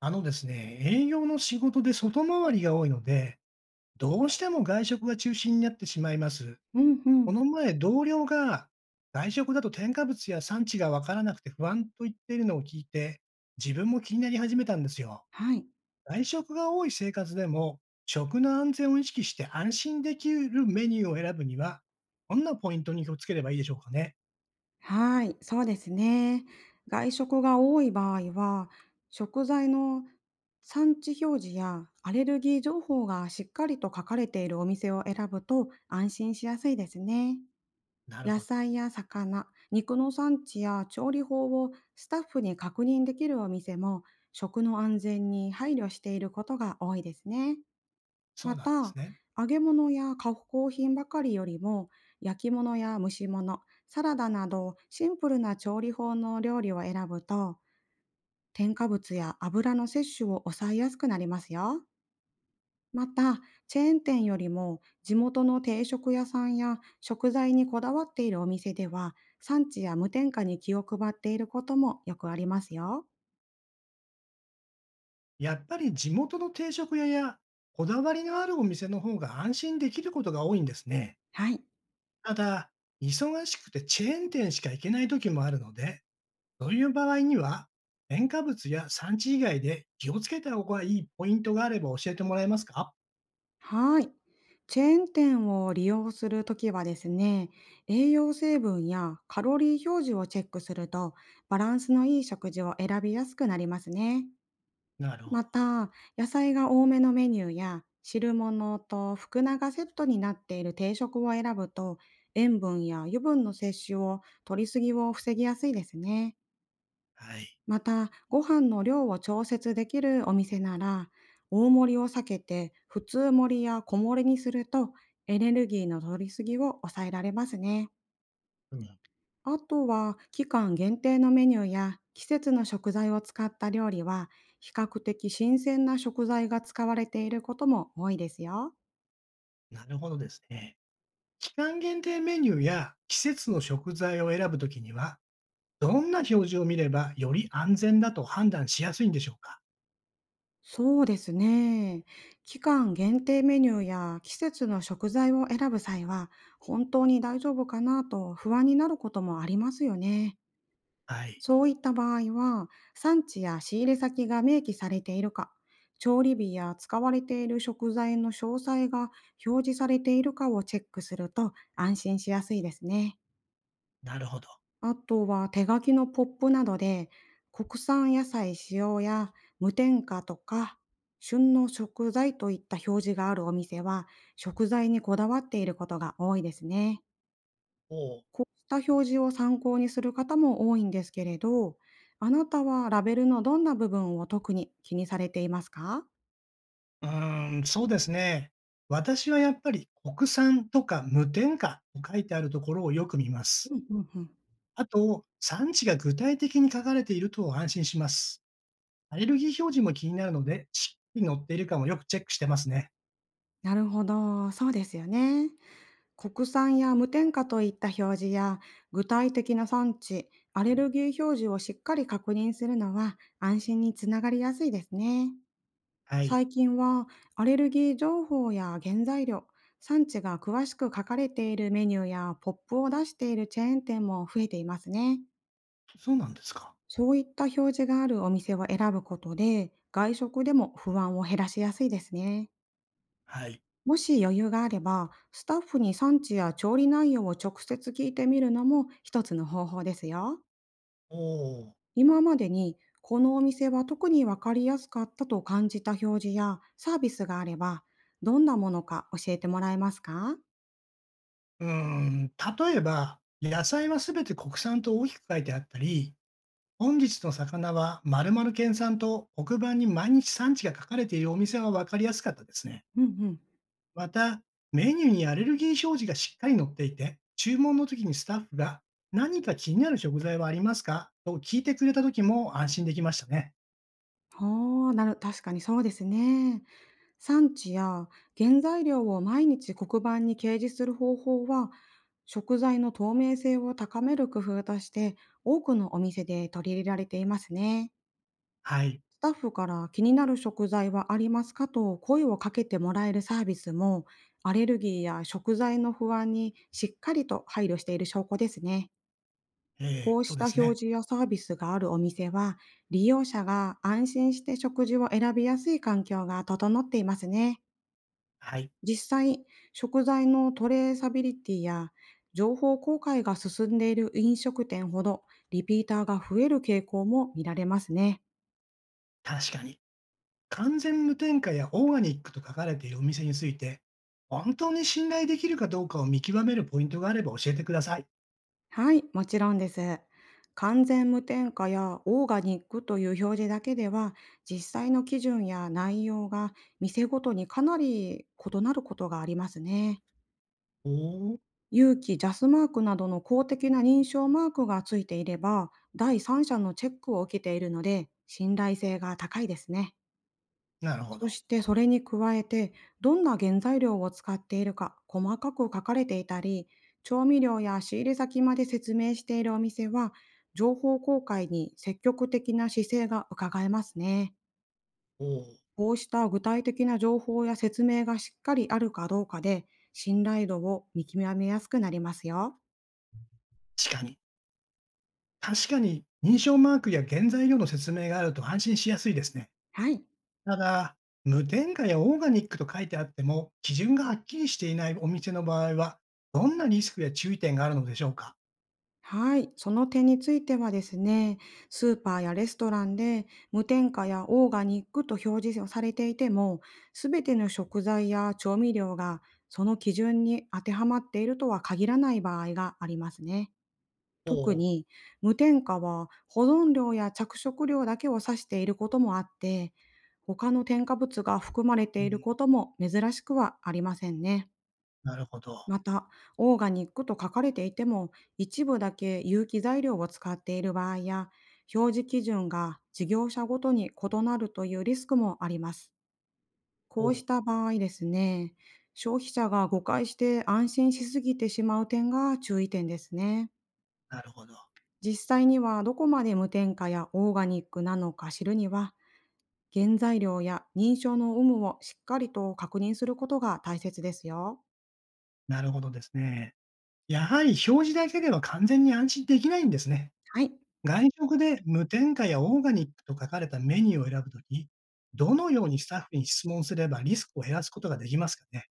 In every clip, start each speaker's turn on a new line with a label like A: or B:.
A: あのですね、営業の仕事で外回りが多いので、どうしても外食が中心になってしまいます。
B: うんう
A: こ
B: ん。
A: の前、同僚が外食だと添加物や産地がわからなくて不安と言っているのを聞いて、自分も気になり始めたんですよ。
B: はい。
A: 外食が多い生活でも、食の安全を意識して安心できるメニューを選ぶには、どんなポイントに気をつければいいでしょうかね。
B: はい、そうですね。外食が多い場合は、食材の産地表示やアレルギー情報がしっかりと書かれているお店を選ぶと安心しやすいですね。
A: なる
B: 野
A: ほど。
B: 菜や魚、肉の産地や調理法をスタッフに確認できるお店も、食の安全に配慮していることが多いですね。
A: そう
B: ま
A: なんです
B: た、
A: ね。
B: 揚げ物や加工品ばかりよりも、焼き物や蒸し物、サラダなどシンプルな調理法の料理を選ぶと、添加物や油の摂取を抑えやすくなりますよ。また、チェーン店よりも地元の定食屋さんや食材にこだわっているお店では、産地や無添加に気を配っていることもよくありますよ。
A: やっぱり地元の定食屋やこだわりのあるお店の方が安心できることが多いんですね。
B: はい。
A: ただ、忙しくてチェーン店しか行けない時もあるので、そういう場合には、添加物や産地以外で気をつけた方がいいポイントがあれば教えてもらえますか。
B: はい。チェーン店を利用するときはですね、栄養成分やカロリー表示をチェックすると、バランスのいい食事を選びやすくなりますね。
A: なるほ
B: ま
A: ど。
B: た、野菜が多めのメニューや汁物と福菜がセットになっている定食を選ぶと、塩分や油分の摂取を取りすぎを防ぎやすいですね。
A: はい。
B: また、ご飯の量を調節できるお店なら、大盛りを避けて普通盛りや小盛りにすると、エネルギーの取りすぎを抑えられますね。
A: うん。
B: あとは、期間限定のメニューや季節の食材を使った料理は、比較的新鮮な食材が使われていることも多いですよ。
A: なるほどですね。期間限定メニューや季節の食材を選ぶときには、どんな表示を見ればより安全だと判断しやすいんでしょうか。
B: そうですね。期間限定メニューや季節の食材を選ぶ際は、本当に大丈夫かなと不安になることもありますよね。
A: はい。
B: そういった場合は、産地や仕入れ先が明記されているか、調理日や使われている食材の詳細が表示されているかをチェックすると安心しやすいですね。
A: なるほど。
B: あとは手書きのポップなどで、国産野菜使用や無添加とか、旬の食材といった表示があるお店は、食材にこだわっていることが多いですね。
A: おお。
B: こうした表示を参考にする方も多いんですけれど、あなたはラベルのどんな部分を特に気にされていますか？
A: そうですね。私はやっぱり国産とか無添加と書いてあるところをよく見ます。
B: うんうんうん。
A: あと、産地が具体的に書かれていると安心します。アレルギー表示も気になるので、しっかり載っているかもよくチェックしてますね。
B: なるほど、そうですよね。国産や無添加といった表示や具体的な産地、アレルギー表示をしっかり確認するのは安心につながりやすいですね。
A: はい。
B: 最近は、アレルギー情報や原材料、産地が詳しく書かれているメニューやポップを出しているチェーン店も増えていますね。
A: そうなんですか。
B: そういった表示があるお店を選ぶことで、外食でも不安を減らしやすいですね。
A: はい。
B: もし余裕があれば、スタッフに産地や調理内容を直接聞いてみるのも一つの方法ですよ。
A: おお。
B: 今までに、このお店は特に分かりやすかったと感じた表示やサービスがあれば、どんなものか教えてもらえますか？
A: うーん、例えば、野菜はすべて国産と大きく書いてあったり、本日の魚は〇〇県産と黒板に毎日産地が書かれているお店はわかりやすかったですね。
B: うんうん。
A: また、メニューにアレルギー表示がしっかり載っていて、注文の時にスタッフが、何か気になる食材はありますかと聞いてくれた時も安心できましたね。
B: ほう、確かにそうですね。産地や原材料を毎日黒板に掲示する方法は、食材の透明性を高める工夫として多くのお店で取り入れられていますね。
A: はい。
B: スタッフから気になる食材はありますかと声をかけてもらえるサービスも、アレルギーや食材の不安にしっかりと配慮している証拠ですね。
A: ええ
B: こう
A: そう
B: し
A: で
B: た
A: す
B: 表
A: ね。
B: 示やサービスがあるお店は、利用者が安心して食事を選びやすい環境が整っていますね。
A: はい。
B: 実際、食材のトレーサビリティや情報公開が進んでいる飲食店ほど、リピーターが増える傾向も見られますね。
A: 確かに。完全無添加やオーガニックと書かれているお店について、本当に信頼できるかどうかを見極めるポイントがあれば教えてください。
B: はい、もちろんです。完全無添加やオーガニックという表示だけでは、実際の基準や内容が店ごとにかなり異なることがありますね。
A: おお、
B: 有機ジャスマークなどの公的な認証マークがついていれば、第三者のチェックを受けているので信頼性が高いですね。
A: なるほ
B: そ
A: ど。
B: してそれに加えて、どんな原材料を使っているか細かく書かれていたり、調味料や仕入れ先まで説明しているお店は、情報公開に積極的な姿勢が伺えますね。
A: おお、
B: こうした具体的な情報や説明がしっかりあるかどうかで、信頼度を見極めやすくなりますよ。
A: 確かに。確かに、認証マークや原材料の説明があると安心しやすいですね。
B: はい。
A: ただ、無添加やオーガニックと書いてあっても、基準がはっきりしていないお店の場合は、どんなリスクや注意点があるのでしょうか？
B: はい、その点についてはですね、スーパーやレストランで無添加やオーガニックと表示をされていても、すべての食材や調味料がその基準に当てはまっているとは限らない場合がありますね。
A: お
B: 特
A: お。
B: に無添加は保存量や着色料だけを指していることもあって、他の添加物が含まれ
A: う
B: ている
A: ん、
B: ことも珍しくはありませんね。
A: なるほど。
B: また、オーガニックと書かれていても、一部だけ有機材料を使っている場合や、表示基準が事業者ごとに異なるというリスクもあります。
A: お
B: こうし
A: お。
B: た場合ですね、消費者が誤解して安心しすぎてしまう点が注意点ですね。
A: なるほど。
B: 実際にはどこまで無添加やオーガニックなのか知るには、原材料や認証の有無をしっかりと確認することが大切ですよ。
A: なるほどですね。やはり表示だけでは完全に安心できないんですね。
B: はい。
A: 外食で無添加やオーガニックと書かれたメニューを選ぶとき、どのようにスタッフに質問すればリスクを減らすことができますかね？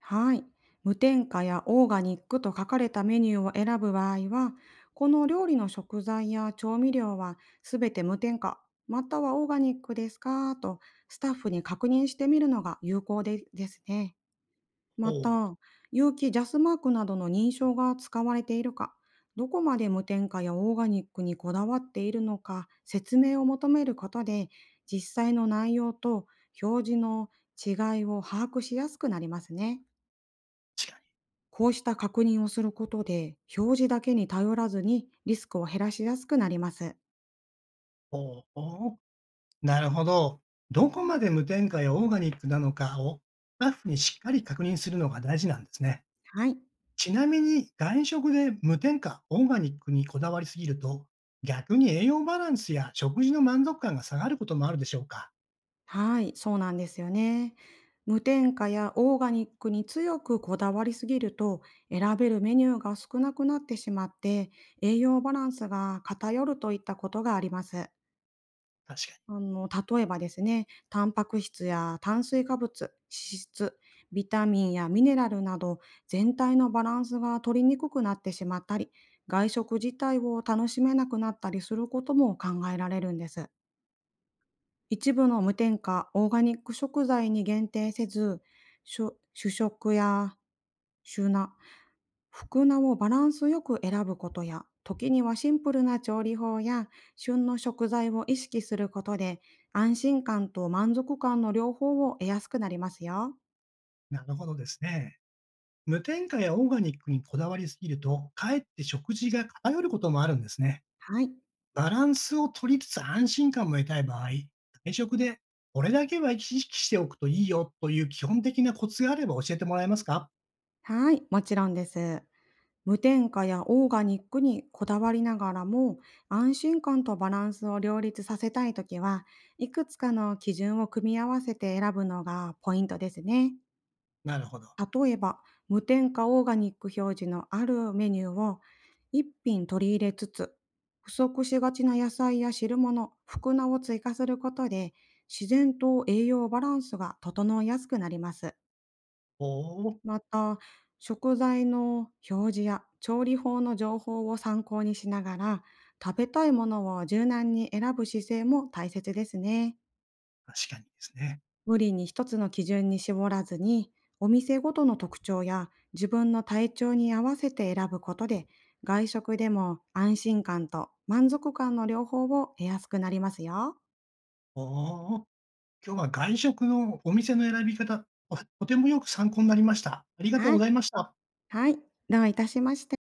B: はい。無添加やオーガニックと書かれたメニューを選ぶ場合は、この料理の食材や調味料はすべて無添加、またはオーガニックですかとスタッフに確認してみるのが有効でですね。
A: お
B: ま
A: お。
B: た、有機ジャスマークなどの認証が使われているか、どこまで無添加やオーガニックにこだわっているのか説明を求めることで、実際の内容と表示の違いを把握しやすくなりますね。
A: 確かに。
B: こうした確認をすることで、表示だけに頼らずにリスクを減らしやすくなります。
A: おお。なるほど。どこまで無添加やオーガニックなのかをスタッフにしっかり確認するのが大事なんですね。
B: はい。
A: ちなみに外食で無添加、オーガニックにこだわりすぎると逆に栄養バランスや食事の満足感が下がることもあるでしょうか。
B: はい、そうなんですよね。無添加やオーガニックに強くこだわりすぎると、選べるメニューが少なくなってしまって、栄養バランスが偏るといったことがあります。
A: 確か
B: 例えばですね、タンパク質や炭水化物、脂質、ビタミンやミネラルなど全体のバランスが取りにくくなってしまったり、外食自体を楽しめなくなったりすることも考えられるんです。一部の無添加、オーガニック食材に限定せず、主食や主菜、副菜をバランスよく選ぶことや、時にはシンプルな調理法や旬の食材を意識することで、安心感と満足感の両方を得やすくなりますよ。
A: に。なるほどですね。無添加やオーガニックにこだわりすぎるとかえって食事が偏ることもあるんですね。
B: はい。
A: バランスを取りつつ安心感も得たい場合、退職でこれだけは意識しておくといいよという基本的なコツがあれば教えてもらえますか。
B: はい、もちろんです。無添加やオーガニックにこだわりながらも、安心感とバランスを両立させたいときは、いくつかの基準を組み合わせて選ぶのがポイントですね。
A: なるほど。
B: 例えば、無添加オーガニック表示のあるメニューを一品取り入れつつ、不足しがちな野菜や汁物、福菜を追加することで、自然と栄養バランスが整いやすくなります。
A: おお、
B: また、食材の表示や調理法の情報を参考にしながら、食べたいものを柔軟に選ぶ姿勢も大切ですね。
A: 確かにですね。
B: 無理に一つの基準に絞らずに、お店ごとの特徴や自分の体調に合わせて選ぶことで、外食でも安心感と満足感の両方を得やすくなりますよ。
A: おお、今日は外食のお店の選び方、とてもよく参考になりました。ありがとう
B: は
A: ご
B: い。
A: ざいました。
B: はい。どういたしまして。